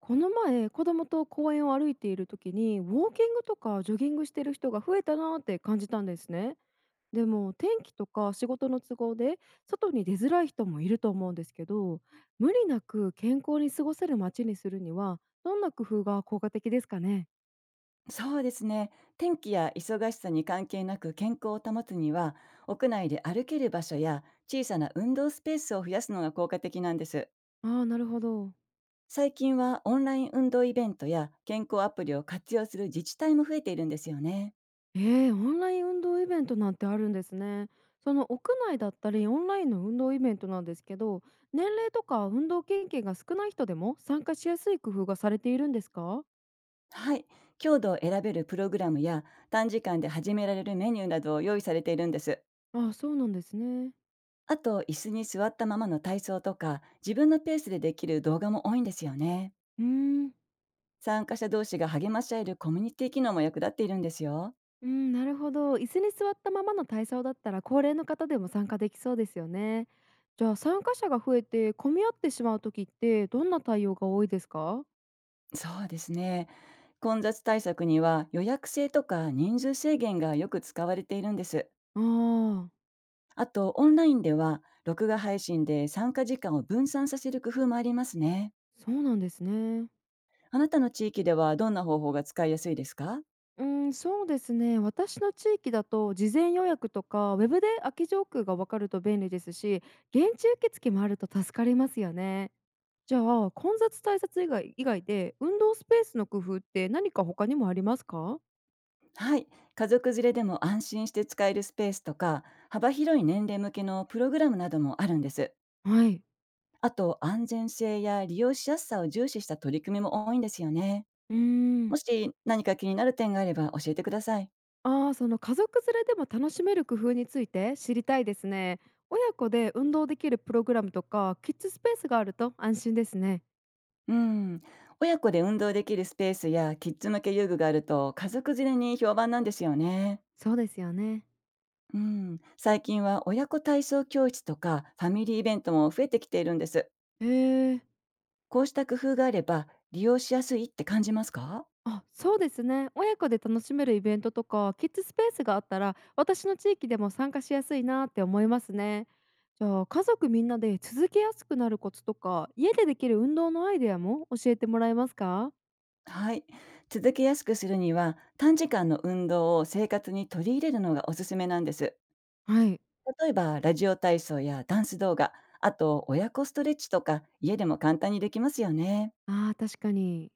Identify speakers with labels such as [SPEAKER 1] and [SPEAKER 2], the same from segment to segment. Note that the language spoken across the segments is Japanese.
[SPEAKER 1] この前子供と公園を歩いている時にウォーキングとかジョギングしてる人が増えたなーって感じたんですね。でも天気とか仕事の都合で、外に出づらい人もいると思うんですけど、無理なく健康に過ごせる街にするには、どんな工夫が効果的ですかね。
[SPEAKER 2] そうですね。天気や忙しさに関係なく健康を保つには、屋内で歩ける場所や小さな運動スペースを増やすのが効果的なんです。
[SPEAKER 1] ああー、なるほど。
[SPEAKER 2] 最近はオンライン運動イベントや健康アプリを活用する自治体も増えているんですよね。
[SPEAKER 1] えオンライン運動イベントなんてあるんですね。その屋内だったりオンラインの運動イベントなんですけど、年齢とか運動経験が少ない人でも参加しやすい工夫がされているんですか？
[SPEAKER 2] はい。強度を選べるプログラムや短時間で始められるメニューなどを用意されているんです。
[SPEAKER 1] あ、そうなんですね。
[SPEAKER 2] あと、椅子に座ったままの体操とか、自分のペースでできる動画も多いんですよね。
[SPEAKER 1] うーん。
[SPEAKER 2] 参加者同士が励まし合えるコミュニティ機能も役立っているんですよ。
[SPEAKER 1] うん、なるほど。椅子に座ったままの体操だったら、高齢の方でも参加できそうですよね。じゃあ、参加者が増えて混み合ってしまう時って、どんな対応が多いですか？
[SPEAKER 2] そうですね。混雑対策には予約制とか人数制限がよく使われているんです。
[SPEAKER 1] ああー、
[SPEAKER 2] あと、オンラインでは録画配信で参加時間を分散させる工夫もありますね。
[SPEAKER 1] そうなんですね。
[SPEAKER 2] あなたの地域ではどんな方法が使いやすいですか？
[SPEAKER 1] うん、そうですね。私の地域だと事前予約とかウェブで空き上空がわかると便利ですし、現地受付もあると助かりますよね。じゃあ混雑対策以外以外で運動スペースの工夫って何か他にもありますか？
[SPEAKER 2] はい。家族連れでも安心して使えるスペースとか、幅広い年齢向けのプログラムなどもあるんです。
[SPEAKER 1] はい。
[SPEAKER 2] あと、安全性や利用しやすさを重視した取り組みも多いんですよね。
[SPEAKER 1] うーん。
[SPEAKER 2] もし何か気になる点があれば教えてください。
[SPEAKER 1] ああ、その家族連れでも楽しめる工夫について知りたいですね。親子で運動できるプログラムとかキッズスペースがあると安心ですね。
[SPEAKER 2] うん、親子で運動できるスペースやキッズ向け遊具があると家族連れに評判なんですよね。
[SPEAKER 1] そうですよね。
[SPEAKER 2] うん、最近は親子体操教室とかファミリーイベントも増えてきているんです。
[SPEAKER 1] へえ。
[SPEAKER 2] こうした工夫があれば利用しやすいって感じますか？
[SPEAKER 1] あ、そうですね。親子で楽しめるイベントとか、キッズスペースがあったら、私の地域でも参加しやすいなって思いますね。じゃあ、家族みんなで続けやすくなるコツとか、家でできる運動のアイデアも教えてもらえますか？
[SPEAKER 2] はい。続けやすくするには短時間の運動を生活に取り入れるのがおすすめなんです。
[SPEAKER 1] はい。
[SPEAKER 2] 例えばラジオ体操やダンス動画、あと親子ストレッチとか家でも簡単にできますよね。
[SPEAKER 1] ああ、確かに。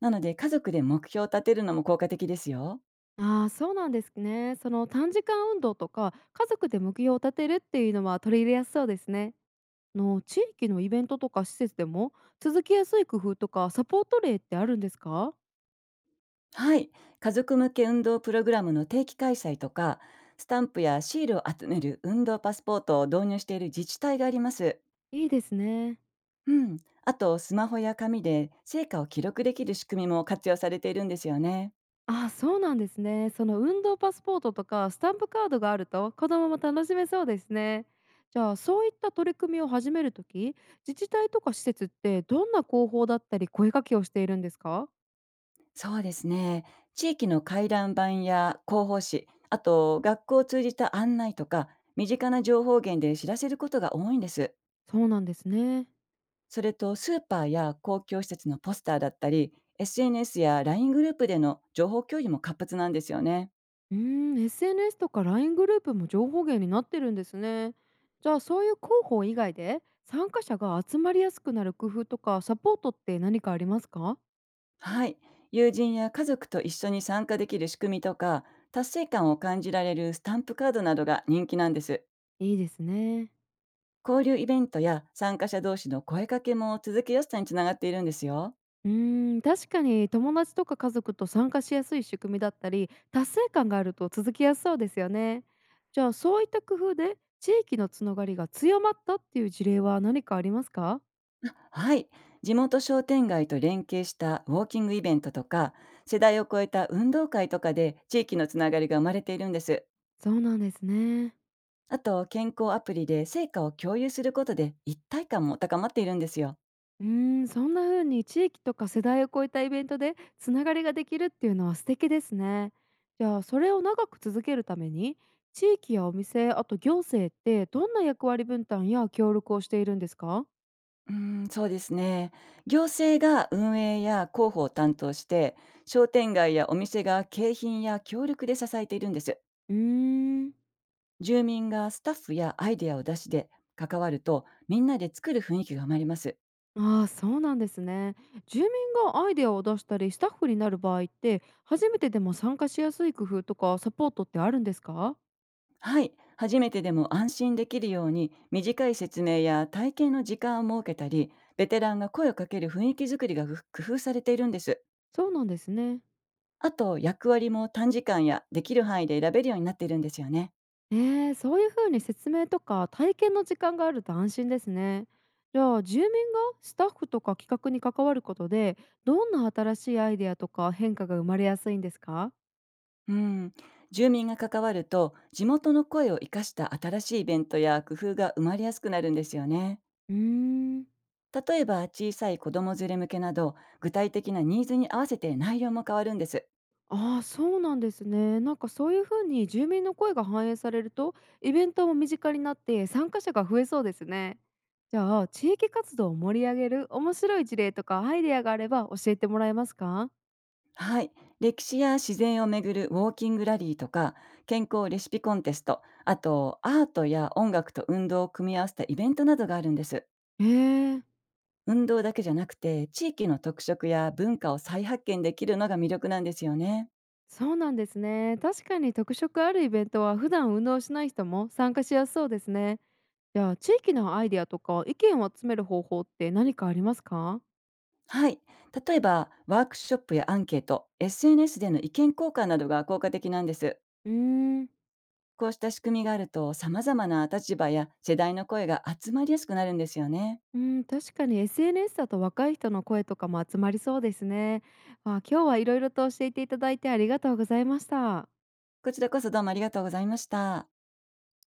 [SPEAKER 2] なので、家族で目標を立てるのも効果的ですよ。
[SPEAKER 1] ああ、そうなんですね。その短時間運動とか、家族で目標を立てるっていうのは取り入れやすそうですね。の地域のイベントとか施設でも続きやすい工夫とかサポート例ってあるんですか？
[SPEAKER 2] はい。家族向け運動プログラムの定期開催とか、スタンプやシールを集める運動パスポートを導入している自治体があります。
[SPEAKER 1] いいですね。
[SPEAKER 2] うん。あと、スマホや紙で成果を記録できる仕組みも活用されているんですよね。
[SPEAKER 1] ああ、そうなんですね。その運動パスポートとかスタンプカードがあると子供も楽しめそうですね。じゃあそういった取り組みを始めるとき、自治体とか施設ってどんな広報だったり声かけをしているんですか？
[SPEAKER 2] そうですね。地域の回覧板や広報誌、あと学校を通じた案内とか、身近な情報源で知らせることが多いんです。
[SPEAKER 1] そうなんですね。
[SPEAKER 2] それとスーパーや公共施設のポスターだったり、SNS や LINE グループでの情報共有も活発なんですよね。
[SPEAKER 1] うーん、SNS とか LINE グループも情報源になってるんですね。じゃあそういう広報以外で参加者が集まりやすくなる工夫とかサポートって何かありますか？
[SPEAKER 2] はい。友人や家族と一緒に参加できる仕組みとか、達成感を感じられるスタンプカードなどが人気なんです。
[SPEAKER 1] いいですね。
[SPEAKER 2] 交流イベントや参加者同士の声かけも続けやすさにつながっているんですよ。
[SPEAKER 1] うーん、確かに友達とか家族と参加しやすい仕組みだったり、達成感があると続きやすそうですよね。じゃあそういった工夫で地域のつながりが強まったっていう事例は何かありますか？
[SPEAKER 2] はい。地元商店街と連携したウォーキングイベントとか、世代を超えた運動会とかで地域のつながりが生まれているんです。
[SPEAKER 1] そうなんですね。
[SPEAKER 2] あと、健康アプリで成果を共有することで一体感も高まっているんですよ。
[SPEAKER 1] うーん、そんな風に地域とか世代を超えたイベントでつながりができるっていうのは素敵ですね。じゃあそれを長く続けるために、地域やお店、あと行政ってどんな役割分担や協力をしているんですか？
[SPEAKER 2] うーん、そうですね。行政が運営や広報を担当して、商店街やお店が景品や協力で支えているんです。
[SPEAKER 1] うーん。
[SPEAKER 2] 住民がスタッフやアイデアを出しで関わると、みんなで作る雰囲気が生まれます。
[SPEAKER 1] ああ、そうなんですね。住民がアイデアを出したりスタッフになる場合って初めてでも参加しやすい工夫とかサポートってあるんですか？
[SPEAKER 2] はい。初めてでも安心できるように、短い説明や体験の時間を設けたり、ベテランが声をかける雰囲気作りが工夫されているんです。
[SPEAKER 1] そうなんですね。
[SPEAKER 2] あと、役割も短時間やできる範囲で選べるようになっているんですよね。
[SPEAKER 1] えー、そういうふうに説明とか体験の時間があると安心ですね。じゃあ住民がスタッフとか企画に関わることで、どんな新しいアイデアとか変化が生まれやすいんですか？
[SPEAKER 2] うん。住民が関わると、地元の声を生かした新しいイベントや工夫が生まれやすくなるんですよね。
[SPEAKER 1] うーん。
[SPEAKER 2] 例えば、小さい子供連れ向けなど、具体的なニーズに合わせて内容も変わるんです。
[SPEAKER 1] ああ、そうなんですね。なんかそういう風に住民の声が反映されると、イベントも身近になって参加者が増えそうですね。じゃあ、地域活動を盛り上げる面白い事例とかアイデアがあれば教えてもらえますか？
[SPEAKER 2] はい。歴史や自然をめぐるウォーキングラリーとか、健康レシピコンテスト、あと、アートや音楽と運動を組み合わせたイベントなどがあるんです。
[SPEAKER 1] へえ、
[SPEAKER 2] 運動だけじゃなくて地域の特色や文化を再発見できるのが魅力なんですよね。
[SPEAKER 1] そうなんですね。確かに特色あるイベントは普段運動しない人も参加しやすそうですね。じゃあ、地域のアイデアとか意見を集める方法って何かありますか？
[SPEAKER 2] はい。例えばワークショップやアンケート、SNS での意見交換などが効果的なんです。
[SPEAKER 1] うーん。
[SPEAKER 2] こうした仕組みがあると様々な立場や世代の声が集まりやすくなるんですよね。
[SPEAKER 1] うん、確かに SNS だと若い人の声とかも集まりそうですね。あ、今日はいろいろと教えていただいてありがとうございました。
[SPEAKER 2] こちらこそどうもありがとうございました。